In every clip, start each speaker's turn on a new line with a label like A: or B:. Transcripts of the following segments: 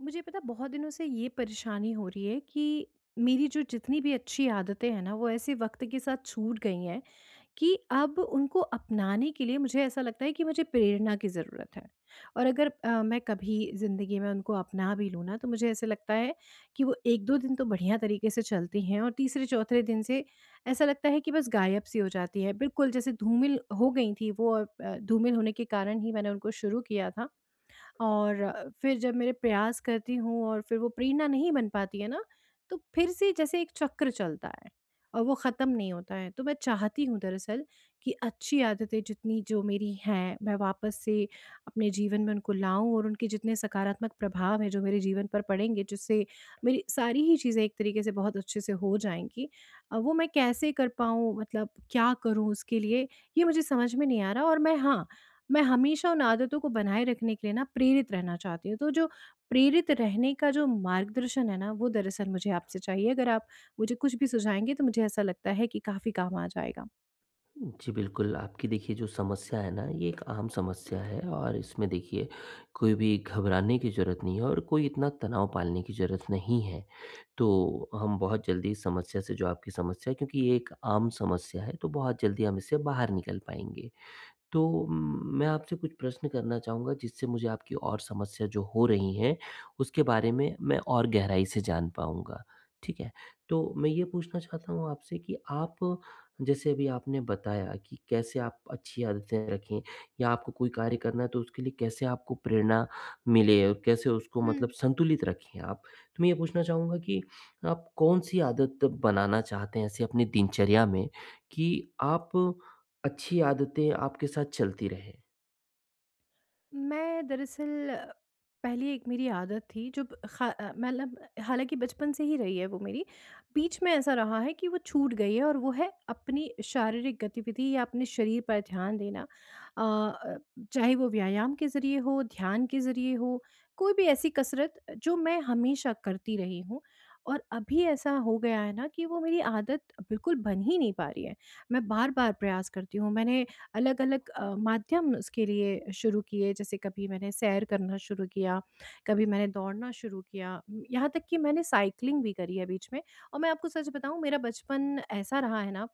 A: मुझे पता है, बहुत दिनों से ये परेशानी हो रही है कि मेरी जो जितनी भी अच्छी आदतें हैं ना, वो ऐसे वक्त के साथ छूट गई हैं कि अब उनको अपनाने के लिए मुझे ऐसा लगता है कि मुझे प्रेरणा की ज़रूरत है। और अगर मैं कभी ज़िंदगी में उनको अपना भी लूँ ना, तो मुझे ऐसे लगता है कि वो एक दो दिन तो बढ़िया तरीके से चलती हैं, और तीसरे चौथे दिन से ऐसा लगता है कि बस गायब सी हो जाती है, बिल्कुल जैसे धूमिल हो गई थी वो। और धूमिल होने के कारण ही मैंने उनको शुरू किया था। और फिर जब मेरे प्रयास करती हूँ और फिर वो प्रेरणा नहीं बन पाती है ना, तो फिर से जैसे एक चक्र चलता है और वो ख़त्म नहीं होता है। तो मैं चाहती हूँ दरअसल कि अच्छी आदतें जितनी जो मेरी हैं, मैं वापस से अपने जीवन में उनको लाऊँ और उनके जितने सकारात्मक प्रभाव हैं जो मेरे जीवन पर पड़ेंगे, जिससे मेरी सारी ही चीज़ें एक तरीके से बहुत अच्छे से हो जाएँगी। वो मैं कैसे कर पाऊँ, मतलब क्या करूँ उसके लिए, ये मुझे समझ में नहीं आ रहा। और मैं, हाँ, मैं हमेशा उन आदतों को बनाए रखने के लिए ना प्रेरित रहना चाहती हूँ। तो जो प्रेरित रहने का जो मार्गदर्शन है ना, वो दरअसल मुझे आपसे चाहिए। अगर आप मुझे कुछ भी सुझाएँगे, तो मुझे ऐसा लगता है कि काफ़ी काम आ जाएगा।
B: जी, बिल्कुल, आपकी देखिए जो समस्या है ना, ये एक आम समस्या है और इसमें देखिए कोई भी घबराने की ज़रूरत नहीं है और कोई इतना तनाव पालने की ज़रूरत नहीं है। तो हम बहुत जल्दी इस समस्या से जो आपकी समस्या है, क्योंकि ये एक आम समस्या है, तो बहुत जल्दी हम इससे बाहर निकल पाएँगे। तो मैं आपसे कुछ प्रश्न करना चाहूँगा, जिससे मुझे आपकी और समस्या जो हो रही हैं, उसके बारे में मैं और गहराई से जान पाऊँगा। ठीक है? तो मैं ये पूछना चाहता हूँ आपसे कि आप, जैसे अभी आपने बताया कि कैसे आप अच्छी आदतें रखें या आपको कोई कार्य करना है, तो उसके लिए कैसे आपको प्रेरणा मिले और कैसे उसको मतलब
A: हुँ।
B: संतुलित रखें आप। तो मैं ये पूछना चाहूँगा कि आप कौन-सी आदत बनाना चाहते हैं ऐसी अपनी दिनचर्या में कि आप अच्छी आदतें आपके साथ चलती रहें।
A: मैं दरअसल पहले एक मेरी आदत थी जो मतलब हालांकि बचपन से ही रही है वो मेरी, बीच में ऐसा रहा है कि वो छूट गई है, और वो है अपनी शारीरिक गतिविधि या अपने शरीर पर ध्यान देना, अ, अ, चाहे वो व्यायाम के ज़रिए हो, ध्यान के ज़रिए हो, कोई भी ऐसी कसरत जो मैं हमेशा करती रही हूँ। और अभी ऐसा हो गया है ना कि वो मेरी आदत बिल्कुल बन ही नहीं पा रही है। मैं बार बार प्रयास करती हूँ। मैंने अलग-अलग माध्यम उसके लिए शुरू किए, जैसे कभी मैंने सैर करना शुरू किया, कभी मैंने दौड़ना शुरू किया, यहाँ तक कि मैंने साइकिलिंग भी करी है बीच में। और मैं आपको सच बताऊँ, मेरा बचपन ऐसा रहा है ना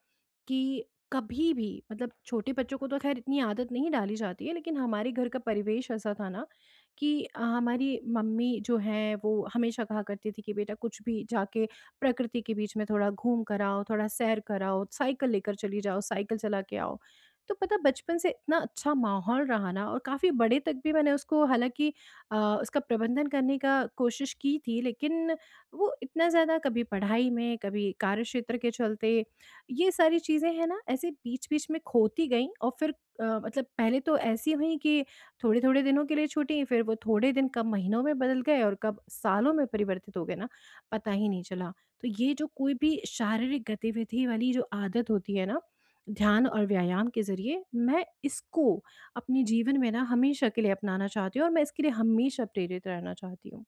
A: कि कभी भी, मतलब छोटे बच्चों को तो खैर इतनी आदत नहीं डाली जाती है, लेकिन हमारे घर का परिवेश ऐसा था ना कि हमारी मम्मी जो है वो हमेशा कहा करती थी कि बेटा कुछ भी जाके प्रकृति के बीच में थोड़ा घूम कर आओ, थोड़ा सैर कर आओ, साइकिल लेकर चली जाओ, साइकिल चला के आओ। तो पता है, बचपन से इतना अच्छा माहौल रहा ना, और काफ़ी बड़े तक भी मैंने उसको हालाँकि अ, उसका प्रबंधन करने का कोशिश की थी, लेकिन वो इतना ज़्यादा, कभी पढ़ाई में, कभी कार्यक्षेत्र के चलते, ये सारी चीज़ें हैं ना, ऐसे बीच-बीच में खोती गईं। और फिर मतलब पहले तो ऐसी हुई कि थोड़े-थोड़े दिनों के लिए छूटी, फिर वो थोड़े दिन कब महीनों में बदल गए और कब सालों में परिवर्तित हो गए ना, पता ही नहीं चला। तो ये जो कोई भी शारीरिक गतिविधि वाली जो आदत होती है ना, ध्यान और व्यायाम के ज़रिए मैं इसको अपने जीवन में ना हमेशा के लिए अपनाना चाहती हूँ, और मैं इसके लिए हमेशा प्रेरित रहना चाहती हूँ।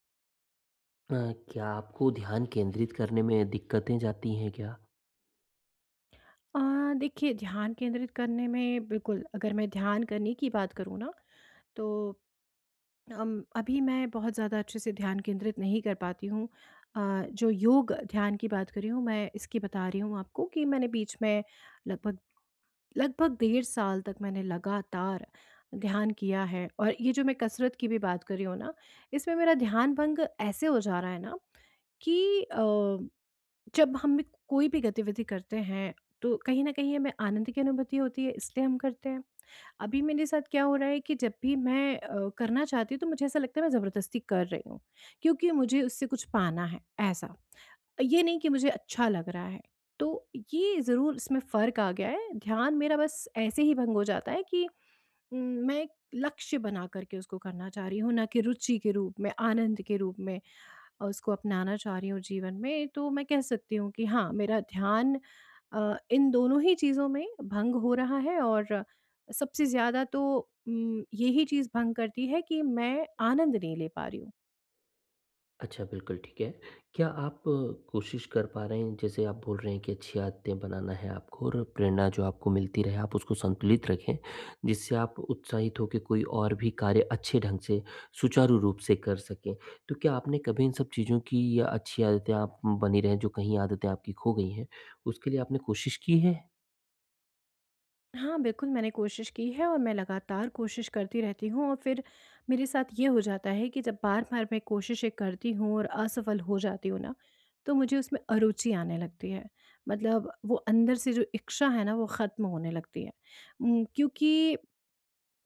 B: अ, क्या आपको ध्यान केंद्रित करने में दिक्कतें जाती हैं क्या?
A: अ, देखिए, ध्यान केंद्रित करने में बिल्कुल, अगर मैं ध्यान करने की बात करूँ ना, तो अभी मैं बहुत ज़्यादा अच्छे से ध्यान केंद्रित नहीं कर पाती हूँ। जो योग ध्यान की बात कर रही हूँ मैं, इसकी बता रही हूँ आपको कि मैंने बीच में लगभग लगभग 1.5 साल तक मैंने लगातार ध्यान किया है। और ये जो मैं कसरत की भी बात कर रही हूँ ना, इसमें मेरा ध्यान भंग ऐसे हो जा रहा है ना कि जब हम भी कोई भी गतिविधि करते हैं, तो कहीं न कहीं हमें आनंद की अनुभूति होती है, इसलिए हम करते हैं। अभी मेरे साथ क्या हो रहा है कि जब भी मैं करना चाहती हूँ, तो मुझे ऐसा लगता है मैं ज़बरदस्ती कर रही हूँ, क्योंकि मुझे उससे कुछ पाना है, ऐसा। ये नहीं कि मुझे अच्छा लग रहा है। तो ये ज़रूर इसमें फ़र्क आ गया है। ध्यान मेरा बस ऐसे ही भंग हो जाता है कि उम, मैं एक लक्ष्य बना कर के उसको करना चाह रही हूँ, ना कि रुचि के रूप में, आनंद के रूप में उसको अपनाना चाह रही हूँ जीवन में। तो मैं कह सकती हूँ कि हाँ, मेरा ध्यान इन दोनों ही चीज़ों में भंग हो रहा है, और सबसे ज़्यादा तो यही चीज़ भंग करती है कि मैं आनंद नहीं ले पा रही हूँ।
B: अच्छा, बिल्कुल ठीक है। क्या आप कोशिश कर पा रहे हैं, जैसे आप बोल रहे हैं कि अच्छी आदतें बनाना है आपको और प्रेरणा जो आपको मिलती रहे, आप उसको संतुलित रखें, जिससे आप उत्साहित होके कोई और भी कार्य अच्छे ढंग से सुचारू रूप से कर सकें। तो क्या आपने कभी इन सब चीज़ों की या अच्छी आदतें आप बनी रहें, जो कहीं आदतें आपकी खो गई हैं, उसके लिए आपने कोशिश की है?
A: हाँ, बिल्कुल, मैंने कोशिश की है, और मैं लगातार कोशिश करती रहती हूँ, और फिर मेरे साथ ये हो जाता है कि जब बार-बार मैं कोशिशें करती हूँ और असफल हो जाती हूँ ना, तो मुझे उसमें अरुचि आने लगती है। मतलब वो अंदर से जो इच्छा है ना, वो ख़त्म होने लगती है। क्योंकि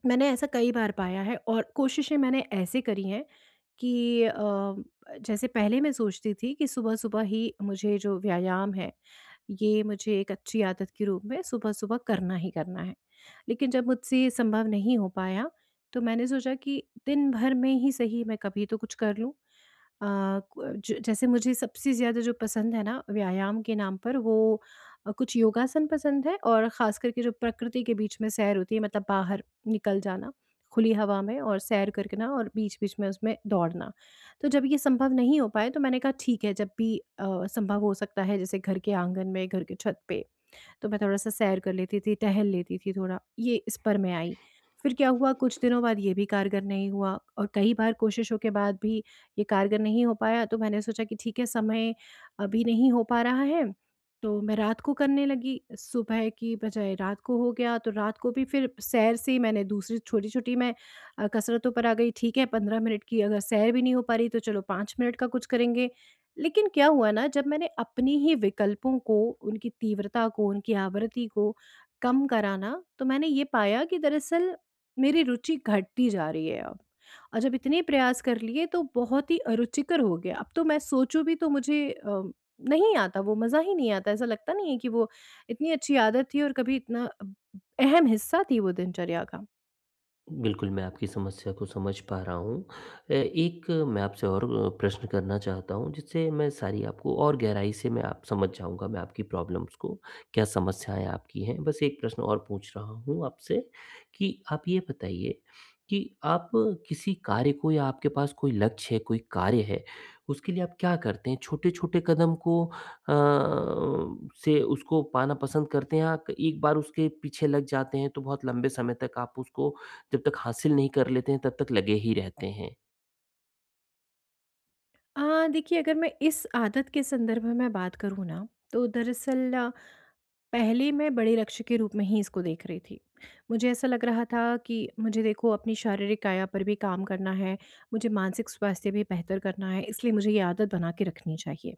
A: मैंने ऐसा कई बार पाया है, और कोशिशें मैंने ऐसे करी हैं कि जैसे पहले मैं सोचती थी कि सुबह-सुबह ही मुझे जो व्यायाम है, ये मुझे एक अच्छी आदत के रूप में सुबह-सुबह करना ही करना है। लेकिन जब मुझसे ये संभव नहीं हो पाया, तो मैंने सोचा कि दिन भर में ही सही मैं कभी तो कुछ कर लूँ। अ, क ज जैसे मुझे सबसे ज़्यादा जो पसंद है ना व्यायाम के नाम पर, वो कुछ योगासन पसंद है, और ख़ास करके जो प्रकृति के बीच में सैर होती है, मतलब बाहर निकल जाना खुली हवा में और सैर करके ना, और बीच-बीच में उसमें दौड़ना। तो जब ये संभव नहीं हो पाए, तो मैंने कहा ठीक है, जब भी संभव हो सकता है, जैसे घर के आँगन में, घर की छत पे, तो मैं थोड़ा-सा सैर कर लेती थी, टहल लेती थी थोड़ा, ये इस पर मैं आई। फिर क्या हुआ, कुछ दिनों बाद ये भी कारगर नहीं हुआ, और कई बार कोशिशों के बाद भी ये कारगर नहीं हो पाया, तो मैंने सोचा कि ठीक है, समय अभी नहीं हो पा रहा है, तो मैं रात को करने लगी। सुबह की बजाय रात को हो गया, तो रात को भी फिर सैर से ही मैंने दूसरी छोटी-छोटी, मैं कसरतों पर आ गई। ठीक है, 15 मिनट की अगर सैर भी नहीं हो पा रही, तो चलो 5 मिनट का कुछ करेंगे। लेकिन क्या हुआ ना, जब मैंने अपने ही विकल्पों को, उनकी तीव्रता को, उनकी आवृत्ति को कम करा ना, तो मैंने ये पाया कि दरअसल मेरी रुचि घटती जा रही है अब। और जब इतने प्रयास कर लिए, तो बहुत ही अरुचिकर हो गया। अब तो मैं सोचूँ भी, तो मुझे नहीं आता, वो मज़ा ही नहीं आता। ऐसा लगता नहीं है कि वो इतनी अच्छी आदत थी और कभी इतना अब अहम हिस्सा थी वो दिनचर्या का।
B: बिल्कुल, मैं आपकी समस्या को समझ पा रहा हूँ। एक मैं आपसे और प्रश्न करना चाहता हूँ, जिससे मैं सारी आपको और गहराई से मैं आप समझ जाऊँगा, मैं आपकी प्रॉब्लम्स को, क्या समस्याएँ आपकी हैं। बस एक प्रश्न और पूछ रहा हूँ आपसे कि आप ये बताइए कि आप किसी कार्य को या आपके पास कोई लक्ष्य है, कोई कार्य है, उसके लिए आप क्या करते हैं? छोटे-छोटे कदम को से उसको पाना पसंद करते हैं, या एक बार उसके पीछे लग जाते हैं तो बहुत लंबे समय तक आप उसको जब तक हासिल नहीं कर लेते हैं, तब तक लगे ही रहते हैं।
A: देखिए, अगर मैं इस आदत के संदर्भ में बात करूँ ना, तो दरअसल पहले मैं बड़े लक्ष्य के रूप में ही इसको देख रही थी। मुझे ऐसा लग रहा था कि मुझे देखो अपनी शारीरिक काया पर भी काम करना है, मुझे मानसिक स्वास्थ्य भी बेहतर करना है, इसलिए मुझे ये आदत बना के रखनी चाहिए।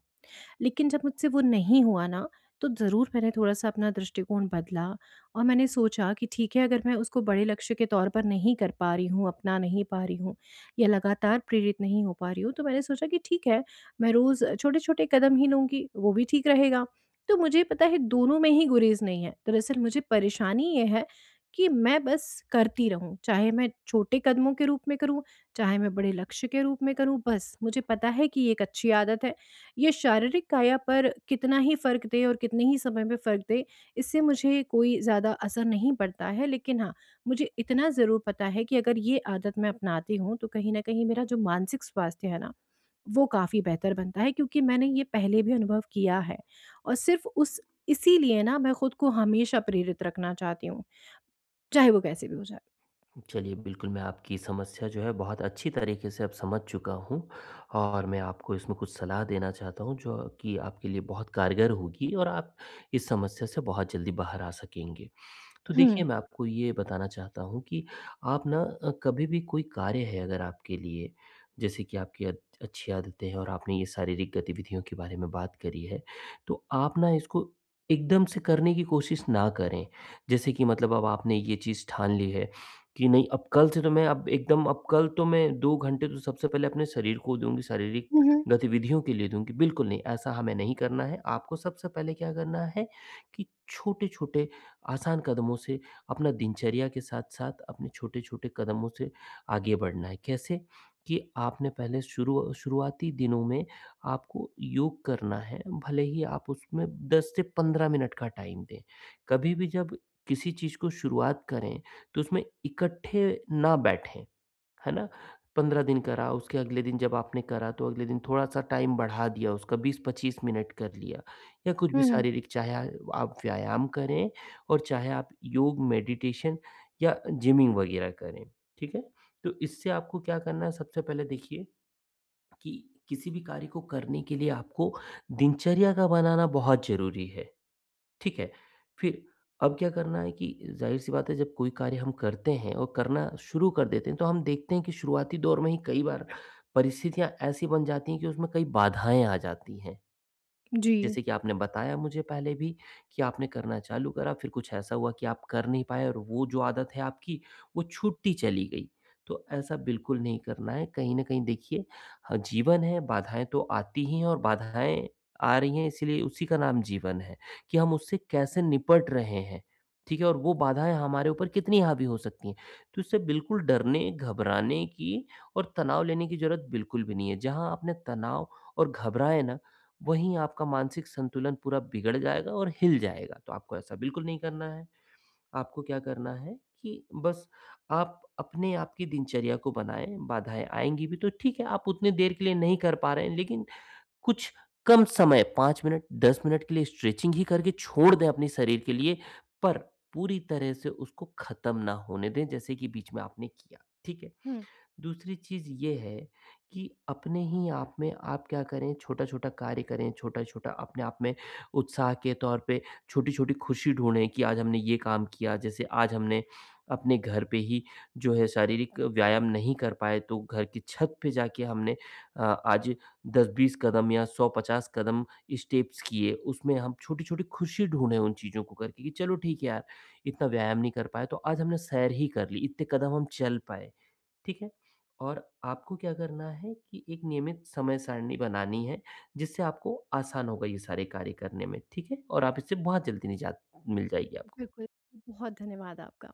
A: लेकिन जब मुझसे वो नहीं हुआ ना, तो ज़रूर मैंने थोड़ा-सा अपना दृष्टिकोण बदला। और मैंने सोचा कि ठीक है, अगर मैं उसको बड़े लक्ष्य के तौर पर नहीं कर पा रही हूँ, अपना नहीं पा रही हूँ, या लगातार प्रेरित नहीं हो पा रही हूँ, तो मैंने सोचा कि ठीक है, मैं रोज़ छोटे-छोटे कदम ही लूँगी, वो भी ठीक रहेगा। तो मुझे पता है, दोनों में ही गुरेज़ नहीं है। दरअसल मुझे परेशानी ये है कि मैं बस करती रहूँ, चाहे मैं छोटे कदमों के रूप में करूँ, चाहे मैं बड़े लक्ष्य के रूप में करूँ, बस मुझे पता है कि ये एक अच्छी आदत है। ये शारीरिक काया पर कितना ही फ़र्क दे और कितने ही समय में फ़र्क दे, इससे मुझे कोई ज़्यादा असर नहीं पड़ता है। लेकिन हाँ, मुझे इतना ज़रूर पता है कि अगर ये आदत मैं अपनाती हूँ, तो कहीं न कहीं मेरा जो मानसिक स्वास्थ्य है ना, वो काफ़ी बेहतर बनता है, क्योंकि मैंने ये पहले भी अनुभव किया है। और सिर्फ़ उस, इसीलिए ना मैं खुद को हमेशा प्रेरित रखना चाहती हूँ, चाहे वो कैसे भी हो जाए।
B: चलिए बिल्कुल, मैं आपकी समस्या जो है बहुत अच्छी तरीके से अब समझ चुका हूँ और मैं आपको इसमें कुछ सलाह देना चाहता हूँ, जो कि आपके लिए बहुत कारगर होगी और आप इस समस्या से बहुत जल्दी बाहर आ सकेंगे। तो देखिए,
A: हुँ।
B: मैं आपको ये बताना चाहता हूँ कि आप ना कभी भी कोई कार्य है अगर आपके लिए, जैसे कि आपकी अच्छी आदतें हैं और आपने ये शारीरिक गतिविधियों के बारे में बात करी है, तो आप ना इसको एकदम से करने की कोशिश ना करें। जैसे कि मतलब अब आपने ये चीज़ ठान ली है कि नहीं, अब कल से तो मैं, अब एकदम, अब कल तो मैं 2 घंटे तो सबसे पहले अपने शरीर को दूँगी, शारीरिक
A: हुँ, हुँ।
B: गतिविधियों के लिए दूँगी। बिल्कुल नहीं, ऐसा हमें नहीं करना है। आपको सबसे पहले क्या करना है कि छोटे-छोटे आसान कदमों से अपना दिनचर्या के साथ-साथ अपने छोटे-छोटे कदमों से आगे बढ़ना है। कैसे? कि आपने पहले शुरू शुरुआती दिनों में आपको योग करना है, भले ही आप उसमें 10 से 15 मिनट का टाइम दें। कभी भी जब किसी चीज़ को शुरुआत करें, तो उसमें इकट्ठे ना बैठें। है ना? 15 दिन करा, उसके अगले दिन जब आपने करा तो अगले दिन थोड़ा-सा टाइम बढ़ा दिया, उसका 20-25 मिनट कर लिया या कुछ भी
A: हुँ, हुँ।
B: शारीरिक, चाहे आप व्यायाम करें और चाहे आप योग, मेडिटेशन या जिमिंग वगैरह करें, ठीक है? तो इससे आपको क्या करना है, सबसे पहले देखिए कि किसी भी कार्य को करने के लिए आपको दिनचर्या का बनाना बहुत ज़रूरी है। ठीक है। फिर अब क्या करना है कि ज़ाहिर-सी बात है, जब कोई कार्य हम करते हैं और करना शुरू कर देते हैं, तो हम देखते हैं कि शुरुआती दौर में ही कई बार परिस्थितियाँ ऐसी बन जाती हैं कि उसमें कई बाधाएँ आ जाती हैं।
A: जी।
B: जैसे कि आपने बताया मुझे पहले भी कि आपने करना चालू करा, फिर कुछ ऐसा हुआ कि आप कर नहीं पाए और वो जो आदत है आपकी, वो छूटती चली गई। तो ऐसा बिल्कुल नहीं करना है। कहीं न कहीं देखिए ह जीवन है, बाधाएँ तो आती ही हैं और बाधाएँ आ रही हैं, इसीलिए उसी का नाम जीवन है, कि हम उससे कैसे निपट रहे हैं, ठीक है? और वो बाधाएँ हमारे ऊपर कितनी हावी हो सकती हैं। तो इससे बिल्कुल डरने, घबराने की और तनाव लेने की ज़रूरत बिल्कुल भी नहीं है। जहाँ आपने तनाव और घबराए ना, वहीं आपका मानसिक संतुलन पूरा बिगड़ जाएगा और हिल जाएगा। तो आपको ऐसा बिल्कुल नहीं करना है। आपको क्या करना है कि बस आप अपने आप की दिनचर्या को बनाएँ, बाधाएँ आएँगी भी तो ठीक है, आप उतनी देर के लिए नहीं कर पा रहे हैं, लेकिन कुछ कम समय 5 मिनट, 10 मिनट के लिए स्ट्रेचिंग ही करके छोड़ दें अपने शरीर के लिए, पर पूरी तरह से उसको ख़त्म ना होने दें, जैसे कि बीच में आपने किया। ठीक है?
A: हुँ,
B: दूसरी चीज़ ये है कि अपने ही आप में आप क्या करें, छोटा-छोटा कार्य करें, छोटा-छोटा अपने आप में उत्साह के तौर पे छोटी-छोटी खुशी ढूँढें कि आज हमने ये काम किया। जैसे आज हमने अपने घर पे ही जो है शारीरिक व्यायाम नहीं कर पाए, तो घर की छत पे जाके हमने आज 10-20 कदम या 100-50 कदम स्टेप्स किए। उसमें हम छोटी-छोटी खुशी ढूँढें उन चीज़ों को करके कि चलो ठीक है यार, इतना व्यायाम नहीं कर पाए, तो आज हमने सैर ही कर ली, इतने कदम हम चल पाए। ठीक है? और आपको क्या करना है कि एक नियमित समय सारणी बनानी है, जिससे आपको आसान होगा ये सारे कार्य करने में, ठीक है? और आप इससे बहुत जल्दी निजात मिल जाएगी आपको।
A: बिल्कुल। बहुत धन्यवाद आपका।